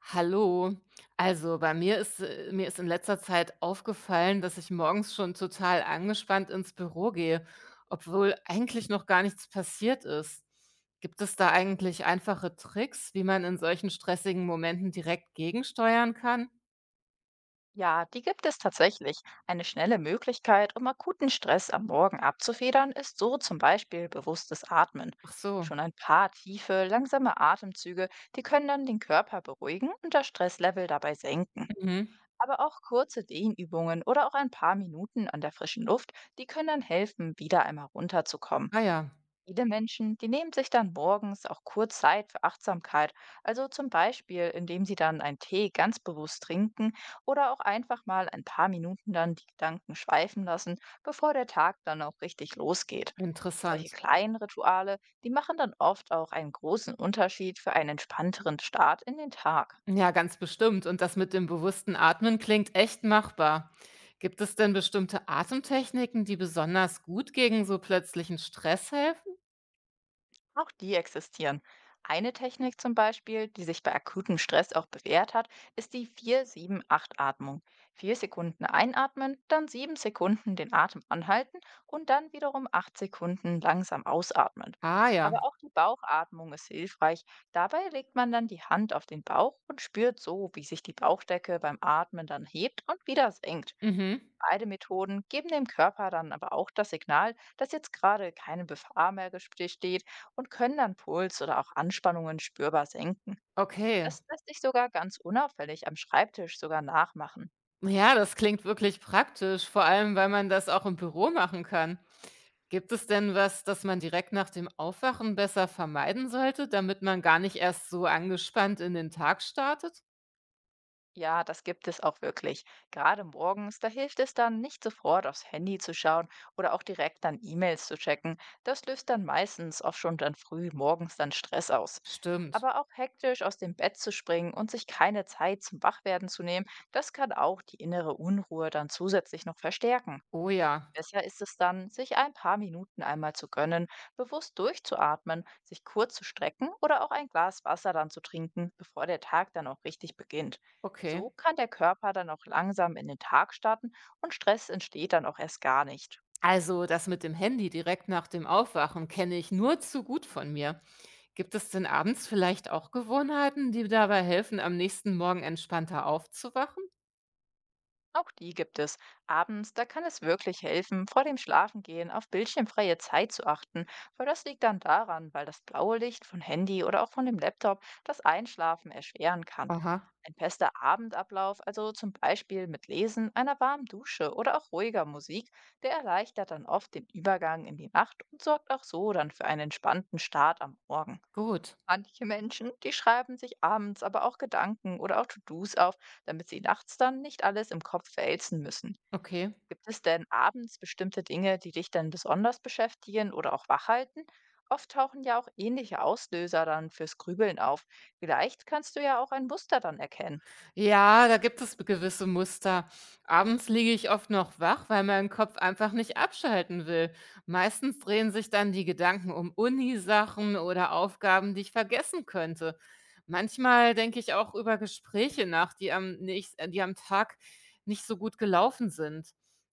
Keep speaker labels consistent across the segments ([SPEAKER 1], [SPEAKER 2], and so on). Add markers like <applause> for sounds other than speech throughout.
[SPEAKER 1] Hallo. Also bei mir ist in letzter Zeit aufgefallen, dass ich morgens schon total angespannt ins Büro gehe, obwohl eigentlich noch gar nichts passiert ist. Gibt es da eigentlich einfache Tricks, wie man in solchen stressigen Momenten direkt gegensteuern kann?
[SPEAKER 2] Ja, die gibt es tatsächlich. Eine schnelle Möglichkeit, um akuten Stress am Morgen abzufedern, ist so zum Beispiel bewusstes Atmen.
[SPEAKER 1] Ach so.
[SPEAKER 2] Schon ein paar tiefe, langsame Atemzüge, die können dann den Körper beruhigen und das Stresslevel dabei senken.
[SPEAKER 1] Mhm.
[SPEAKER 2] Aber auch kurze Dehnübungen oder auch ein paar Minuten an der frischen Luft, die können dann helfen, wieder einmal runterzukommen.
[SPEAKER 1] Ah ja,
[SPEAKER 2] Viele Menschen, die nehmen sich dann morgens auch kurz Zeit für Achtsamkeit, also zum Beispiel, indem sie dann einen Tee ganz bewusst trinken oder auch einfach mal ein paar Minuten dann die Gedanken schweifen lassen, bevor der Tag dann auch richtig losgeht.
[SPEAKER 1] interessant.
[SPEAKER 2] Solche kleinen Rituale, die machen dann oft auch einen großen Unterschied für einen entspannteren Start in den Tag.
[SPEAKER 1] Ja, ganz bestimmt. Und das mit dem bewussten Atmen klingt echt machbar. Gibt es denn bestimmte Atemtechniken, die besonders gut gegen so plötzlichen Stress helfen?
[SPEAKER 2] Auch die existieren. Eine Technik zum Beispiel, die sich bei akutem Stress auch bewährt hat, ist die 4-7-8-Atmung. 4 Sekunden einatmen, dann 7 Sekunden den Atem anhalten und dann wiederum 8 Sekunden langsam ausatmen.
[SPEAKER 1] Ah ja.
[SPEAKER 2] Aber auch die Bauchatmung ist hilfreich. Dabei legt man dann die Hand auf den Bauch und spürt so, wie sich die Bauchdecke beim Atmen dann hebt und wieder senkt.
[SPEAKER 1] Mhm.
[SPEAKER 2] Beide Methoden geben dem Körper dann aber auch das Signal, dass jetzt gerade keine Gefahr mehr besteht, und können dann Puls oder auch Anspannungen spürbar senken.
[SPEAKER 1] Okay.
[SPEAKER 2] Das lässt sich sogar ganz unauffällig am Schreibtisch sogar nachmachen.
[SPEAKER 1] Ja, das klingt wirklich praktisch, vor allem weil man das auch im Büro machen kann. Gibt es denn was, das man direkt nach dem Aufwachen besser vermeiden sollte, damit man gar nicht erst so angespannt in den Tag startet?
[SPEAKER 2] Ja, das gibt es auch wirklich. Gerade morgens, da hilft es dann, nicht sofort aufs Handy zu schauen oder auch direkt dann E-Mails zu checken. Das löst dann meistens auch schon dann früh morgens dann Stress aus.
[SPEAKER 1] Stimmt.
[SPEAKER 2] Aber auch hektisch aus dem Bett zu springen und sich keine Zeit zum Wachwerden zu nehmen, das kann auch die innere Unruhe dann zusätzlich noch verstärken.
[SPEAKER 1] Oh ja.
[SPEAKER 2] Besser ist es dann, sich ein paar Minuten einmal zu gönnen, bewusst durchzuatmen, sich kurz zu strecken oder auch ein Glas Wasser dann zu trinken, bevor der Tag dann auch richtig beginnt.
[SPEAKER 1] Okay.
[SPEAKER 2] So kann der Körper dann auch langsam in den Tag starten und Stress entsteht dann auch erst gar nicht.
[SPEAKER 1] Also das mit dem Handy direkt nach dem Aufwachen kenne ich nur zu gut von mir. Gibt es denn abends vielleicht auch Gewohnheiten, die dabei helfen, am nächsten Morgen entspannter aufzuwachen?
[SPEAKER 2] Auch die gibt es. Abends, da kann es wirklich helfen, vor dem Schlafengehen auf bildschirmfreie Zeit zu achten, weil das liegt dann daran, weil das blaue Licht von Handy oder auch von dem Laptop das Einschlafen erschweren kann.
[SPEAKER 1] Aha.
[SPEAKER 2] Ein fester Abendablauf, also zum Beispiel mit Lesen, einer warmen Dusche oder auch ruhiger Musik, der erleichtert dann oft den Übergang in die Nacht und sorgt auch so dann für einen entspannten Start am Morgen.
[SPEAKER 1] Gut.
[SPEAKER 2] Manche Menschen, die schreiben sich abends aber auch Gedanken oder auch To-Dos auf, damit sie nachts dann nicht alles im Kopf wälzen müssen.
[SPEAKER 1] Okay.
[SPEAKER 2] Gibt es denn abends bestimmte Dinge, die dich dann besonders beschäftigen oder auch wachhalten? Oft tauchen ja auch ähnliche Auslöser dann fürs Grübeln auf. Vielleicht kannst du ja auch ein Muster dann erkennen.
[SPEAKER 1] Ja, da gibt es gewisse Muster. Abends liege ich oft noch wach, weil mein Kopf einfach nicht abschalten will. Meistens drehen sich dann die Gedanken um Unisachen oder Aufgaben, die ich vergessen könnte. Manchmal denke ich auch über Gespräche nach, die die am Tag nicht so gut gelaufen sind.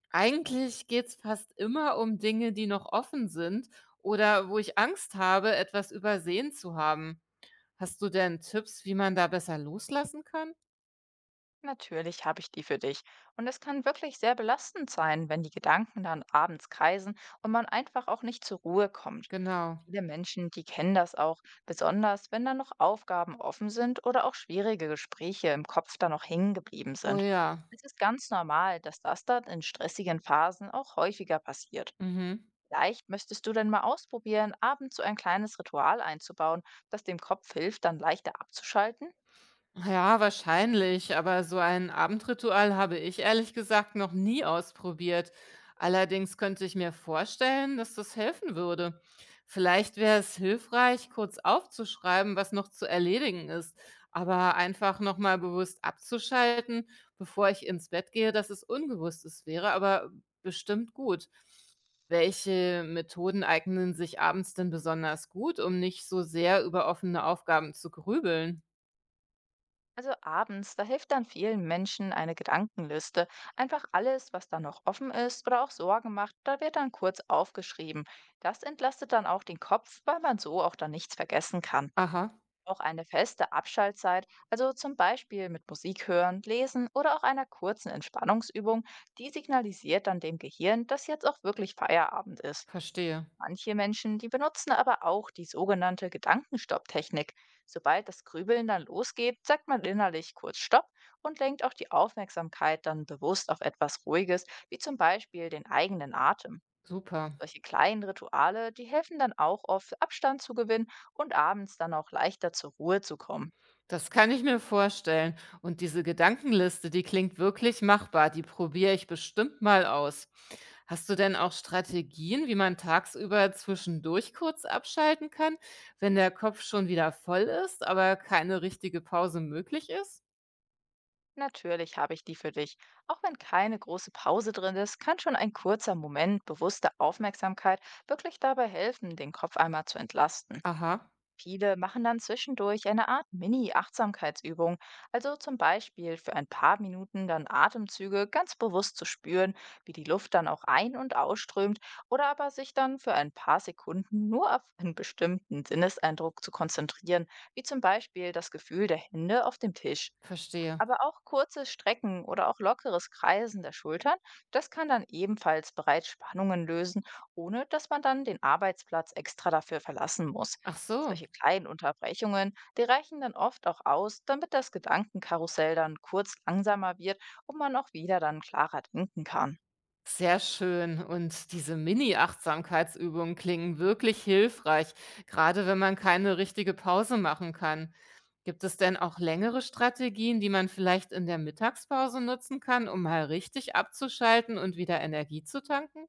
[SPEAKER 1] Eigentlich geht es fast immer um Dinge, die noch offen sind oder wo ich Angst habe, etwas übersehen zu haben. Hast du denn Tipps, wie man da besser loslassen kann?
[SPEAKER 2] Natürlich habe ich die für dich. Und es kann wirklich sehr belastend sein, wenn die Gedanken dann abends kreisen und man einfach auch nicht zur Ruhe kommt.
[SPEAKER 1] Genau.
[SPEAKER 2] Viele Menschen, die kennen das auch, besonders wenn dann noch Aufgaben offen sind oder auch schwierige Gespräche im Kopf dann noch hängen geblieben
[SPEAKER 1] Oh
[SPEAKER 2] sind.
[SPEAKER 1] ja.
[SPEAKER 2] Es ist ganz normal, dass das dann in stressigen Phasen auch häufiger passiert.
[SPEAKER 1] Mhm.
[SPEAKER 2] Vielleicht müsstest du dann mal ausprobieren, abends so ein kleines Ritual einzubauen, das dem Kopf hilft, dann leichter abzuschalten.
[SPEAKER 1] Ja, wahrscheinlich, aber so ein Abendritual habe ich ehrlich gesagt noch nie ausprobiert. Allerdings könnte ich mir vorstellen, dass das helfen würde. Vielleicht wäre es hilfreich, kurz aufzuschreiben, was noch zu erledigen ist, aber einfach nochmal bewusst abzuschalten, bevor ich ins Bett gehe, dass es unbewusst ist, wäre aber bestimmt gut. Welche Methoden eignen sich abends denn besonders gut, um nicht so sehr über offene Aufgaben zu grübeln?
[SPEAKER 2] Also abends, da hilft dann vielen Menschen eine Gedankenliste. Einfach alles, was da noch offen ist oder auch Sorgen macht, da wird dann kurz aufgeschrieben. Das entlastet dann auch den Kopf, weil man so auch dann nichts vergessen kann.
[SPEAKER 1] Aha.
[SPEAKER 2] Auch eine feste Abschaltzeit, also zum Beispiel mit Musik hören, lesen oder auch einer kurzen Entspannungsübung, die signalisiert dann dem Gehirn, dass jetzt auch wirklich Feierabend ist.
[SPEAKER 1] Verstehe.
[SPEAKER 2] Manche Menschen, die benutzen aber auch die sogenannte Gedankenstopptechnik. Sobald das Grübeln dann losgeht, sagt man innerlich kurz Stopp und lenkt auch die Aufmerksamkeit dann bewusst auf etwas Ruhiges, wie zum Beispiel den eigenen Atem.
[SPEAKER 1] Super.
[SPEAKER 2] Solche kleinen Rituale, die helfen dann auch oft, Abstand zu gewinnen und abends dann auch leichter zur Ruhe zu kommen.
[SPEAKER 1] Das kann ich mir vorstellen. Und diese Gedankenliste, die klingt wirklich machbar. Die probiere ich bestimmt mal aus. Hast du denn auch Strategien, wie man tagsüber zwischendurch kurz abschalten kann, wenn der Kopf schon wieder voll ist, aber keine richtige Pause möglich ist?
[SPEAKER 2] Natürlich habe ich die für dich. Auch wenn keine große Pause drin ist, kann schon ein kurzer Moment bewusster Aufmerksamkeit wirklich dabei helfen, den Kopf einmal zu entlasten.
[SPEAKER 1] Aha,
[SPEAKER 2] Viele machen dann zwischendurch eine Art Mini-Achtsamkeitsübung, also zum Beispiel für ein paar Minuten dann Atemzüge ganz bewusst zu spüren, wie die Luft dann auch ein- und ausströmt, oder aber sich dann für ein paar Sekunden nur auf <laughs> einen bestimmten Sinneseindruck zu konzentrieren, wie zum Beispiel das Gefühl der Hände auf dem Tisch.
[SPEAKER 1] verstehe.
[SPEAKER 2] Aber auch kurzes Strecken oder auch lockeres Kreisen der Schultern, das kann dann ebenfalls bereits Spannungen lösen, ohne dass man dann den Arbeitsplatz extra dafür verlassen muss.
[SPEAKER 1] Ach so.
[SPEAKER 2] Solche kleinen Unterbrechungen, die reichen dann oft auch aus, damit das Gedankenkarussell dann kurz langsamer wird und man auch wieder dann klarer denken kann.
[SPEAKER 1] Sehr schön. Und diese Mini-Achtsamkeitsübungen klingen wirklich hilfreich, gerade wenn man keine richtige Pause machen kann. Gibt es denn auch längere Strategien, die man vielleicht in der Mittagspause nutzen kann, um mal richtig abzuschalten und wieder Energie zu tanken?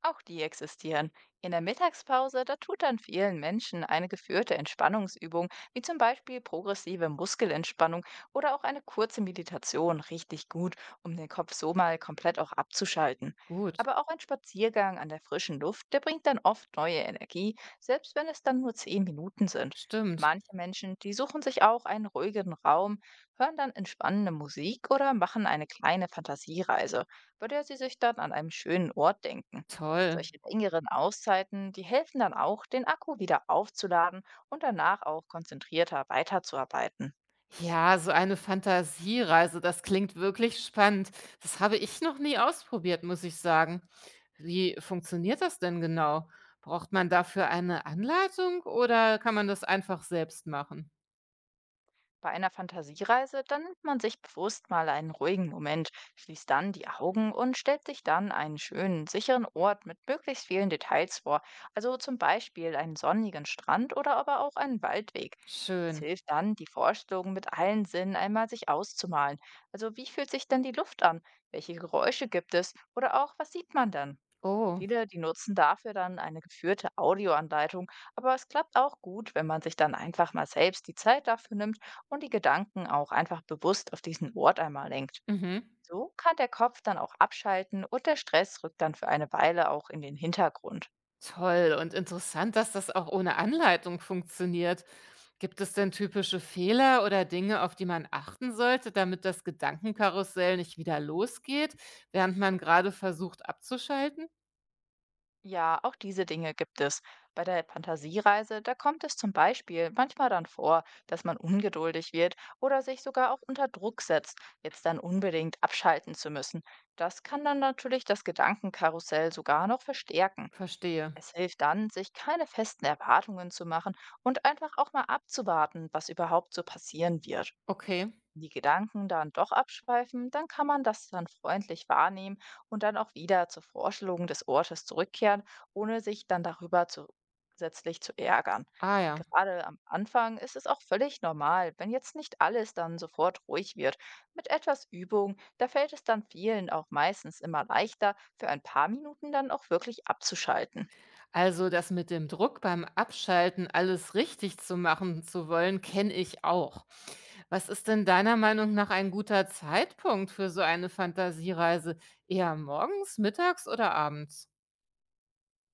[SPEAKER 2] Auch die existieren. In der Mittagspause, da tut dann vielen Menschen eine geführte Entspannungsübung, wie zum Beispiel progressive Muskelentspannung oder auch eine kurze Meditation richtig gut, um den Kopf so mal komplett auch abzuschalten.
[SPEAKER 1] Gut,
[SPEAKER 2] Aber auch ein Spaziergang an der frischen Luft, der bringt dann oft neue Energie, selbst wenn es dann nur 10 Minuten sind.
[SPEAKER 1] stimmt.
[SPEAKER 2] Manche Menschen, die suchen sich auch einen ruhigen Raum, hören dann entspannende Musik oder machen eine kleine Fantasiereise, bei der sie sich dann an einem schönen Ort denken.
[SPEAKER 1] Toll.
[SPEAKER 2] Solche längeren Auszeiten, die helfen dann auch, den Akku wieder aufzuladen und danach auch konzentrierter weiterzuarbeiten.
[SPEAKER 1] Ja, so eine Fantasiereise, das klingt wirklich spannend. Das habe ich noch nie ausprobiert, muss ich sagen. Wie funktioniert das denn genau? Braucht man dafür eine Anleitung oder kann man das einfach selbst machen?
[SPEAKER 2] Bei einer Fantasiereise, dann nimmt man sich bewusst mal einen ruhigen Moment, schließt dann die Augen und stellt sich dann einen schönen, sicheren Ort mit möglichst vielen Details vor, also zum Beispiel einen sonnigen Strand oder aber auch einen Waldweg. Es
[SPEAKER 1] Schön.
[SPEAKER 2] hilft dann, die Vorstellung mit allen Sinnen einmal sich auszumalen. Also wie fühlt sich denn die Luft an? Welche Geräusche gibt es? Oder auch, was sieht man dann?
[SPEAKER 1] Oh,
[SPEAKER 2] Viele, die nutzen dafür dann eine geführte Audioanleitung, aber es klappt auch gut, wenn man sich dann einfach mal selbst die Zeit dafür nimmt und die Gedanken auch einfach bewusst auf diesen Ort einmal lenkt.
[SPEAKER 1] mhm.
[SPEAKER 2] So kann der Kopf dann auch abschalten und der Stress rückt dann für eine Weile auch in den Hintergrund.
[SPEAKER 1] Toll und interessant, dass das auch ohne Anleitung funktioniert. Gibt es denn typische Fehler oder Dinge, auf die man achten sollte, damit das Gedankenkarussell nicht wieder losgeht, während man gerade versucht abzuschalten?
[SPEAKER 2] Ja, auch diese Dinge gibt es. Bei der Fantasiereise, da kommt es zum Beispiel manchmal dann vor, dass man ungeduldig wird oder sich sogar auch unter Druck setzt, jetzt dann unbedingt abschalten zu müssen. Das kann dann natürlich das Gedankenkarussell sogar noch verstärken.
[SPEAKER 1] Verstehe.
[SPEAKER 2] Es hilft dann, sich keine festen Erwartungen zu machen und einfach auch mal abzuwarten, was überhaupt so passieren wird.
[SPEAKER 1] Okay.
[SPEAKER 2] Die Gedanken dann doch abschweifen, dann kann man das dann freundlich wahrnehmen und dann auch wieder zur Vorstellung des Ortes zurückkehren, ohne sich dann darüber zusätzlich zu ärgern.
[SPEAKER 1] Ah ja.
[SPEAKER 2] Gerade am Anfang ist es auch völlig normal, wenn jetzt nicht alles dann sofort ruhig wird. Mit etwas Übung, da fällt es dann vielen auch meistens immer leichter, für ein paar Minuten dann auch wirklich abzuschalten.
[SPEAKER 1] Also das mit dem Druck beim Abschalten, alles richtig zu machen zu wollen, kenne ich auch. Was ist denn deiner Meinung nach ein guter Zeitpunkt für so eine Fantasiereise? Eher morgens, mittags oder abends?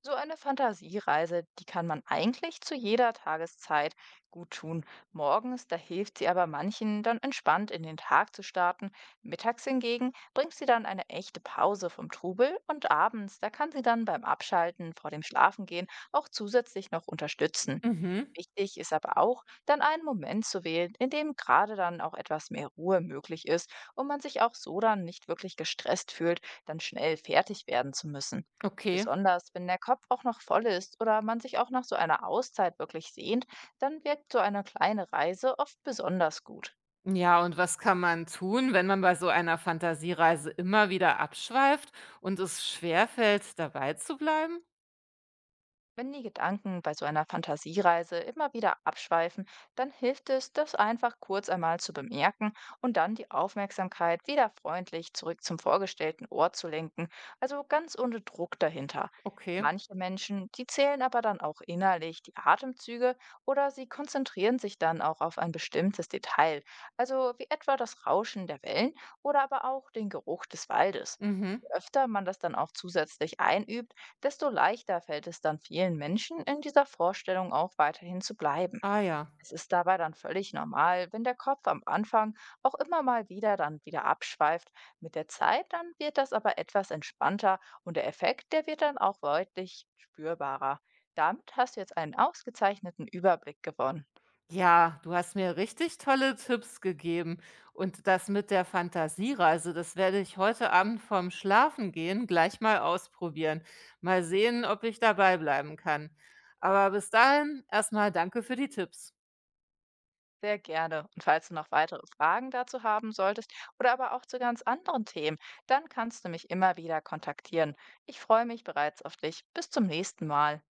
[SPEAKER 2] So eine Fantasiereise, die kann man eigentlich zu jeder Tageszeit gut tun. Morgens, da hilft sie aber manchen, dann entspannt in den Tag zu starten. Mittags hingegen bringt sie dann eine echte Pause vom Trubel und abends, da kann sie dann beim Abschalten vor dem Schlafengehen auch zusätzlich noch unterstützen.
[SPEAKER 1] Mhm.
[SPEAKER 2] Wichtig ist aber auch, dann einen Moment zu wählen, in dem gerade dann auch etwas mehr Ruhe möglich ist und man sich auch so dann nicht wirklich gestresst fühlt, dann schnell fertig werden zu müssen.
[SPEAKER 1] Okay.
[SPEAKER 2] Besonders wenn der Kopf auch noch voll ist oder man sich auch nach so einer Auszeit wirklich sehnt, dann wirkt so eine kleine Reise oft besonders gut.
[SPEAKER 1] Ja, und was kann man tun, wenn man bei so einer Fantasiereise immer wieder abschweift und es schwerfällt, dabei zu bleiben?
[SPEAKER 2] Wenn die Gedanken bei so einer Fantasiereise immer wieder abschweifen, dann hilft es, das einfach kurz einmal zu bemerken und dann die Aufmerksamkeit wieder freundlich zurück zum vorgestellten Ort zu lenken, also ganz ohne Druck dahinter.
[SPEAKER 1] Okay.
[SPEAKER 2] Manche Menschen, die zählen aber dann auch innerlich die Atemzüge oder sie konzentrieren sich dann auch auf ein bestimmtes Detail, also wie etwa das Rauschen der Wellen oder aber auch den Geruch des Waldes.
[SPEAKER 1] Mhm.
[SPEAKER 2] Je öfter man das dann auch zusätzlich einübt, desto leichter fällt es dann vielen Menschen, in dieser Vorstellung auch weiterhin zu bleiben.
[SPEAKER 1] Ah ja.
[SPEAKER 2] Es ist dabei dann völlig normal, wenn der Kopf am Anfang auch immer mal wieder dann wieder abschweift. Mit der Zeit dann wird das aber etwas entspannter und der Effekt, der wird dann auch deutlich spürbarer. Damit hast du jetzt einen ausgezeichneten Überblick gewonnen.
[SPEAKER 1] Ja, du hast mir richtig tolle Tipps gegeben. Und das mit der Fantasiereise, das werde ich heute Abend vorm Schlafengehen gleich mal ausprobieren. Mal sehen, ob ich dabei bleiben kann. Aber bis dahin erstmal danke für die Tipps.
[SPEAKER 2] Sehr gerne. Und falls du noch weitere Fragen dazu haben solltest oder aber auch zu ganz anderen Themen, dann kannst du mich immer wieder kontaktieren. Ich freue mich bereits auf dich. Bis zum nächsten Mal.